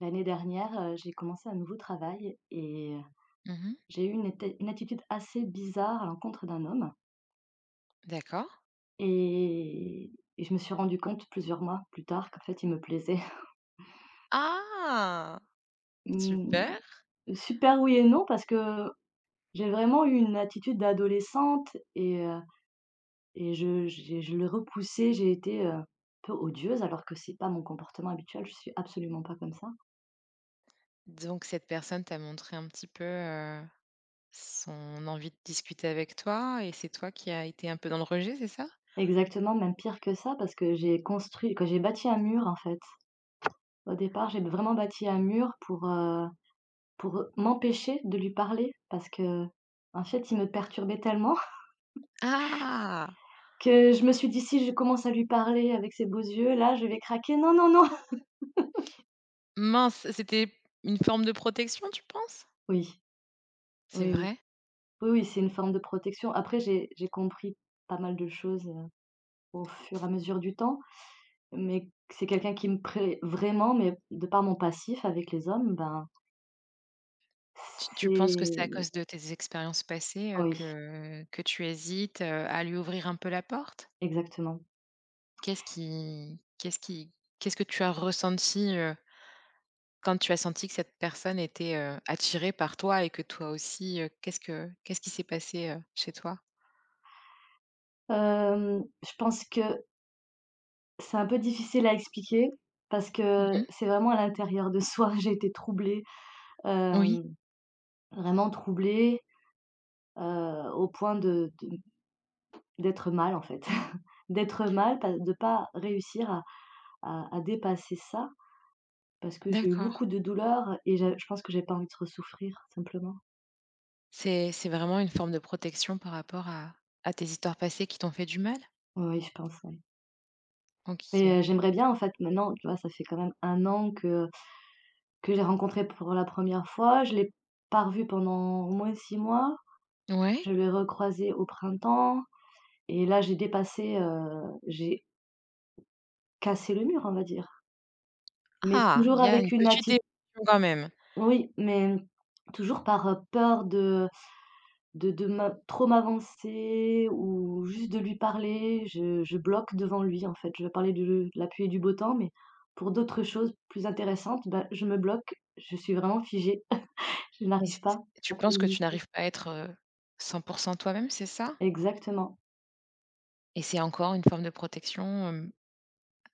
L'année dernière, j'ai commencé un nouveau travail et Mmh. j'ai eu une attitude assez bizarre à l'encontre d'un homme D'accord. et je me suis rendu compte plusieurs mois plus tard qu'en fait il me plaisait. Ah! Mmh, Super. super oui et non parce que j'ai vraiment eu une attitude d'adolescente et je j'ai je le repoussais, j'ai été, un peu odieuse alors que c'est pas mon comportement habituel, je suis absolument pas comme ça. Donc cette personne t'a montré un petit peu, son envie de discuter avec toi et c'est toi qui as été un peu dans le rejet, c'est ça? Exactement, même pire que ça parce que j'ai construit que j'ai bâti un mur en fait. Au départ, j'ai vraiment bâti un mur pour m'empêcher de lui parler parce que en fait, il me perturbait tellement Ah! que je me suis dit: «Si je commence à lui parler avec ses beaux yeux, là, je vais craquer. Non, non, non!» Mince, c'était une forme de protection, tu penses? Oui, C'est oui, oui. vrai? Oui, oui, c'est une forme de protection. Après j'ai compris pas mal de choses, au fur et à mesure du temps, mais c'est quelqu'un qui me plaît vraiment, mais de par mon passif avec les hommes, ben, Tu penses que c'est à c'est cause de tes expériences passées, oui, que tu hésites, à lui ouvrir un peu la porte? exactement. Qu'est-ce qui qu'est-ce que tu as ressenti, quand tu as senti que cette personne était, attirée par toi et que toi aussi, qu'est-ce qui s'est passé, chez toi? Je pense que c'est un peu difficile à expliquer parce que Mmh. c'est vraiment à l'intérieur de soi. J'ai été troublée, Oui. hem, vraiment troublée, au point de d'être mal, en fait. D'être mal, pas réussir à dépasser ça parce que j'ai eu D'accord. beaucoup de douleurs et j'a je pense que j'ai pas envie de ressouffrir, simplement. C'est vraiment une forme de protection par rapport à tes histoires passées qui t'ont fait du mal? Oui, oui, je pense, oui. Mais, OK. J'aimerais bien, en fait, maintenant, tu vois, ça fait quand même un an que j'ai rencontré pour la première fois. Je l'ai pas revu pendant au moins 6 mois. Je Ouais? l'ai recroisé au printemps. Et là, j'ai dépassé, j'ai cassé le mur, on va dire, mais Ah, il toujours y a avec une une petite atti évolution quand même. oui, mais toujours par, peur de m'avancer ou juste de lui parler. Je bloque devant lui, en fait. Je vais parler de la pluie et du beau temps, mais pour d'autres choses plus intéressantes, bah, je me bloque. Je suis vraiment figée. Je Mais c n'arrive c pas tu à penses que tu communiquer. n'arrives pas à être, 100% toi-même, c'est ça? Exactement. Et c'est encore une forme de protection, hem,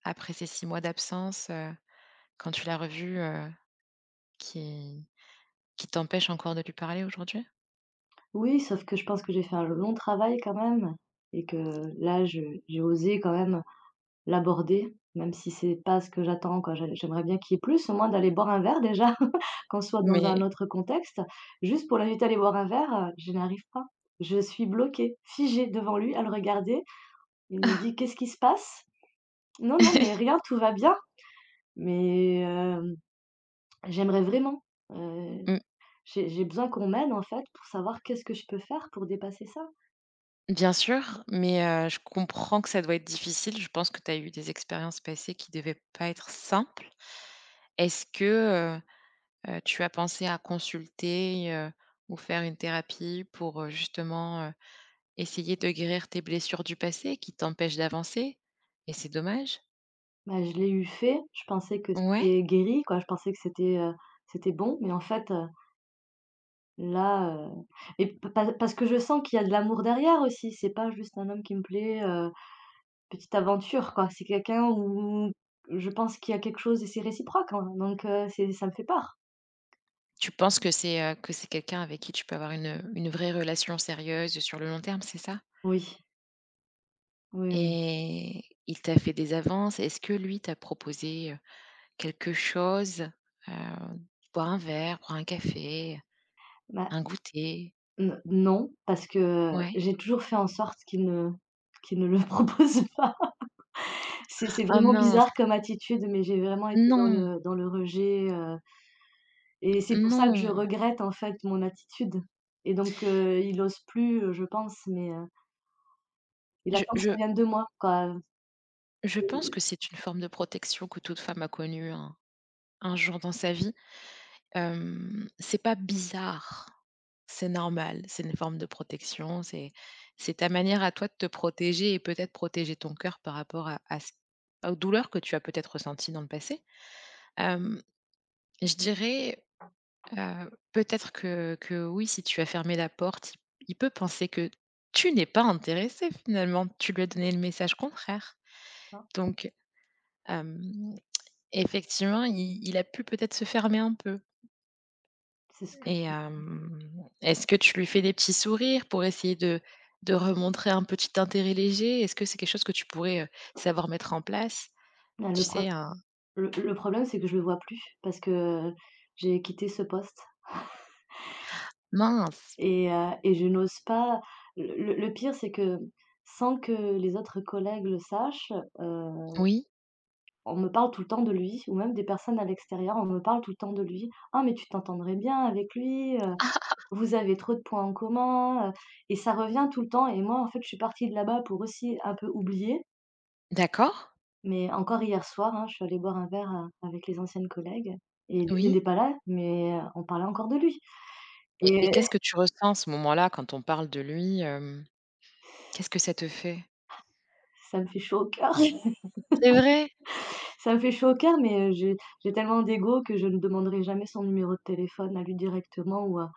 après ces 6 mois d'absence, quand tu l'as revu, qui qui t'empêche encore de lui parler aujourd'hui? Oui, sauf que je pense que j'ai fait un long travail quand même et que là, je j'ai osé quand même, l'aborder, même si c'est pas ce que j'attends, quoi. J'aimerais bien qu'il y ait plus, au moins d'aller boire un verre déjà, qu'on soit dans un Mais autre contexte. Juste pour l'inviter à aller boire un verre, je n'arrive pas. Je suis bloquée, figée devant lui à le regarder. Il me dit: «Qu'est-ce qui se passe?» «Non, non, mais rien tout va bien». Mais, j'aimerais vraiment, heu, mmh, j'ai besoin qu'on m'aide, en fait, pour savoir qu'est-ce que je peux faire pour dépasser ça. bien sûr, mais je comprends que ça doit être difficile. Je pense que tu as eu des expériences passées qui devaient pas être simples. Est-ce que, tu as pensé à consulter, ou faire une thérapie pour, justement, essayer de guérir tes blessures du passé qui t'empêchent d'avancer? Et c'est dommage. Bah, je l'ai eu fait, je pensais que Ouais? c'était guéri, quoi, je pensais que c'était bon, mais en fait, là, p pa parce que je sens qu'il y a de l'amour derrière aussi. C'est pas juste un homme qui me plaît, petite aventure quoi. C'est quelqu'un où je pense qu'il y a quelque chose et c'est réciproque, hein, donc c'est ça me fait peur. Tu penses que c'est quelqu'un avec qui tu peux avoir une vraie relation sérieuse sur le long terme, c'est ça? Oui, oui, oui. Et il t'a fait des avances? Est-ce que lui t'a proposé, quelque chose? Heu, boire un verre, boire un café, Bah, un goûter? n non, parce que Ouais. j'ai toujours fait en sorte qu'il ne le propose pas. C'est Ah vraiment mince! bizarre comme attitude, mais j'ai vraiment été Non, dans le rejet, et c'est pour ça que je non. regrette en fait mon attitude et donc il ose plus, je pense, mais et là, Je quand je ça vient de moi, quoi, je pense c'est que c'est une forme de protection que toute femme a connue un jour dans sa vie. Hem, c'est pas bizarre, c'est normal, c'est une forme de protection, c'est ta manière à toi de te protéger et peut-être protéger ton cœur par rapport à ce aux douleurs que tu as peut-être ressenties dans le passé. Hem, je dirais, peut-être que oui, si tu as fermé la porte, il peut penser que tu n'es pas intéressé finalement. Tu lui as donné le message contraire. enfin, Donc, hem, effectivement, i il a pu peut-être se fermer un peu c'est ce que je et considère. hem, est-ce que tu lui fais des petits sourires pour essayer de remontrer un petit intérêt léger? Est-ce que c'est quelque chose que tu pourrais, savoir mettre en place? Bah, Tu sais, un le problème, c'est que je le vois plus parce que j'ai quitté ce poste mince! et je n'ose pas. Le le pire, c'est que sans que les autres collègues le sachent, heu, Oui? on me parle tout le temps de lui ou même des personnes à l'extérieur, on me parle tout le temps de lui: «Ah mais tu t'entendrais bien avec lui, Ah! vous avez trop de points en commun», et ça revient tout le temps et moi, en fait, je suis partie de là-bas pour aussi un peu oublier. D'accord, Mais encore hier soir, hein, je suis allée boire un verre, avec les anciennes collègues et lui oui. n'était pas là, mais on parlait encore de lui Et et qu'est-ce que tu ressens à ce moment-là quand on parle de lui, hem, qu'est-ce que ça te fait? ça me fait chaud au cœur. C'est vrai! Ça me fait chaud au cœur, mais j'ai tellement d'ego que je ne demanderai jamais son numéro de téléphone à lui directement ou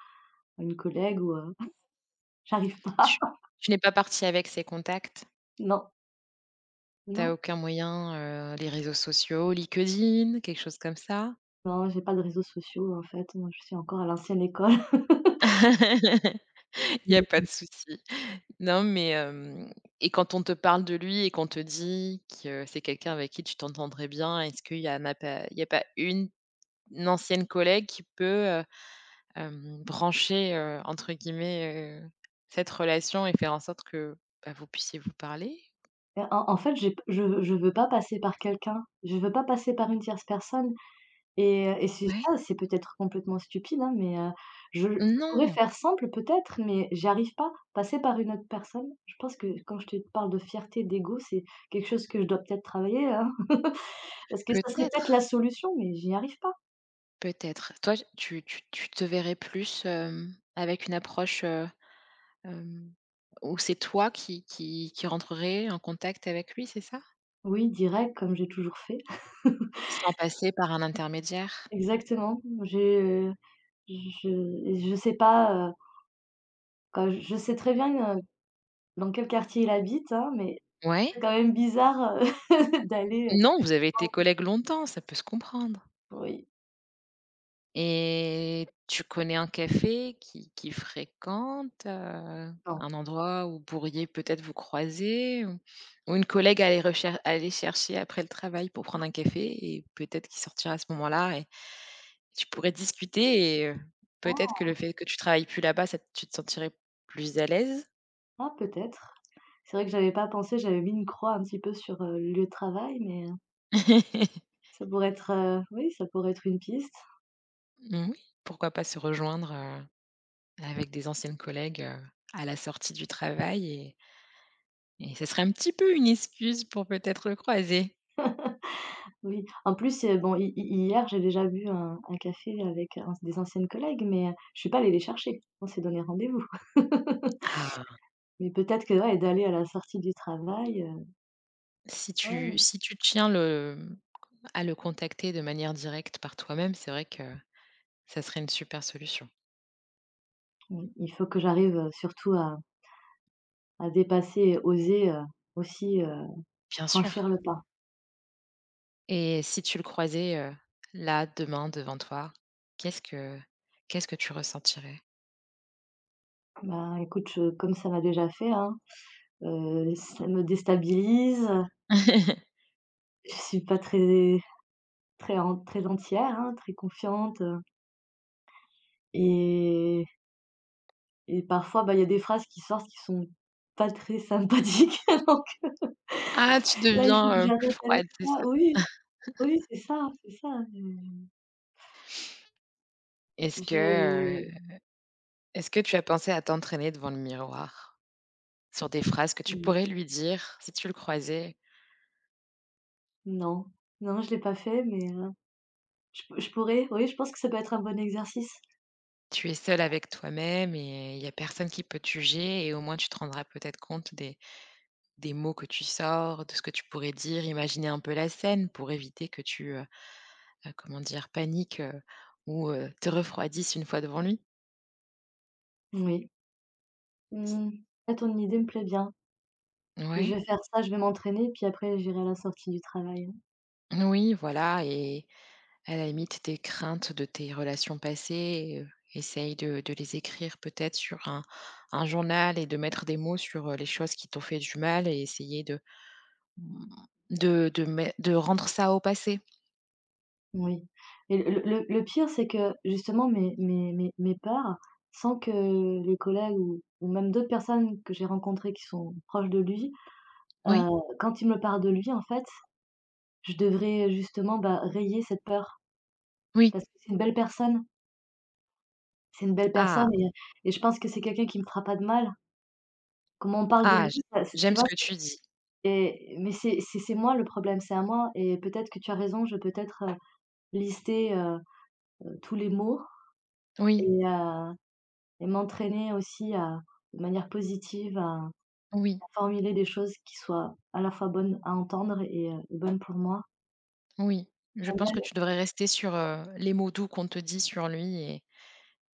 à une collègue ou j'arrive pas. Tu tu n'es pas parti avec ses contacts? Non, T'as non, aucun moyen, les réseaux sociaux, LinkedIn, quelque chose comme ça? non, j'ai pas de réseaux sociaux en fait, moi je suis encore à l'ancienne école. Il y a pas Mmh, de souci. Non, mais, hem, et quand on te parle de lui et qu'on te dit que c'est quelqu'un avec qui tu t'entendrais bien, est-ce qu'il y en a n'a pas il y a pas une une ancienne collègue qui peut, hem, brancher, entre guillemets, cette relation et faire en sorte que, bah, vous puissiez vous parler? En fait, j'ai je veux pas passer par quelqu'un, je veux pas passer par une tierce personne. Et c'est Ouais. ça, c'est peut-être complètement stupide, hein, mais je pourrais Non, faire simple peut-être, mais j'arrive pas. Passer par une autre personne, je pense que quand je te parle de fierté, d'ego, c'est quelque chose que je dois peut-être travailler, hein, parce que ça serait peut-être la peut-être, solution, mais j'y arrive pas. peut-être. Toi, tu te verrais plus, hem, avec une approche, hem, où c'est toi qui rentrerais en contact avec lui, c'est ça? Oui, direct, comme j'ai toujours fait. Sans passer par un intermédiaire? Exactement. Je je sais pas, quand je sais très bien, dans quel quartier il habite, hein, mais Ouais? c'est quand même bizarre, d'aller, Non, vous avez été collègues longtemps, ça peut se comprendre. Oui, Et tu connais un café qui fréquente, non. un endroit où vous pourriez peut-être vous croiser ou une collègue à aller chercher après le travail pour prendre un café et peut-être qu'il sortira à ce moment-là et tu pourrais discuter et peut-être Ah que le fait que tu travailles plus là-bas, ça tu te sentirais plus à l'aise? ah peut-être. C'est vrai que j'avais pas pensé, j'avais mis une croix un petit peu sur, le lieu de travail, mais ça pourrait être, oui, ça pourrait être une piste. Oui, pourquoi pas se rejoindre, avec des anciennes collègues, à la sortie du travail et ce serait un petit peu une excuse pour peut-être le croiser. Oui, en plus, bon, hi hi hier, j'ai déjà bu un café avec un des anciennes collègues, mais je suis pas allée les chercher. On s'est donné rendez-vous. Ah, Mais peut-être que, ouais, d'aller à la sortie du travail, ouais, si tu tiens le, mmh, à le contacter de manière directe par toi-même, c'est vrai que ça serait une super solution. oui, il faut que j'arrive, surtout à dépasser et oser, aussi, Bien sûr franchir le pas. et si tu le croisais, là, demain, devant toi, qu'est-ce que qu'est-ce que tu ressentirais? Bah, écoute, je comme ça m'a déjà fait, hein, ça me déstabilise. Je suis pas très entière, hein, très confiante, et et parfois, bah, il y a des phrases qui sortent qui sont pas très sympathiques donc Ah, tu là, il deviens, faut que plus j'arrête avec froide, c'est ça. ça? Oui, oui, c'est ça, heu, Est-ce que, je heu, est-ce que tu as pensé à t'entraîner devant le miroir sur des phrases que tu mmh, pourrais lui dire si tu le croisais? non, non, je l'ai pas fait mais je pourrais, oui, je pense que ça peut être un bon exercice. Tu es seule avec toi-même et il y a personne qui peut te juger et au moins tu te rendras peut-être compte des mots que tu sors, de ce que tu pourrais dire, imaginer un peu la scène pour éviter que tu, comment dire? Paniques, ou, te refroidisses une fois devant lui? Oui. C Mmh, Là, ton idée me plaît bien. Je ouais. vais faire ça, je vais m'entraîner, puis après j'irai à la sortie du travail. Oui, voilà et à la limite, tes craintes de tes relations passées, essaye de les écrire peut-être sur un journal et de mettre des mots sur, les choses qui t'ont fait du mal et essayer de, mmh, de rendre ça au passé. Oui. Et le pire, c'est que justement mes peurs, sans que les collègues ou même d'autres personnes que j'ai rencontrées qui sont proches de lui, heu, Oui, quand ils me parlent de lui, en fait, je devrais justement, bah, rayer cette peur. oui. Parce que c'est une belle personne, c'est une belle Ah! personne et je pense que c'est quelqu'un qui me fera pas de mal. Comment on parle de Ah! lui, ça c'est tu J'aime ce vois? que tu dis. Et mais c'est moi le problème, c'est à moi et peut-être que tu as raison, je vais peut-être, lister, tous les mots Oui, et heu et m'entraîner aussi à de manière positive à oui. formuler des choses qui soient à la fois bonnes à entendre et bonnes pour moi. Oui, je J'aime pense bien, que tu devrais rester sur, les mots doux qu'on te dit sur lui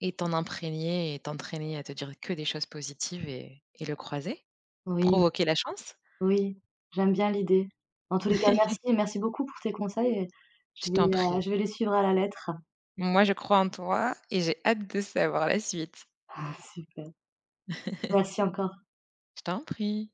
et t'en imprégner et t'entraîner à te dire que des choses positives et le croiser. oui, Provoquer la chance, oui, j'aime bien l'idée. En tous les cas, merci et merci beaucoup pour tes conseils et je je vais, t'en heu, prie. je vais les suivre à la lettre. Moi, je crois en toi et j'ai hâte de savoir la suite. Super. Merci encore. Je t'en prie.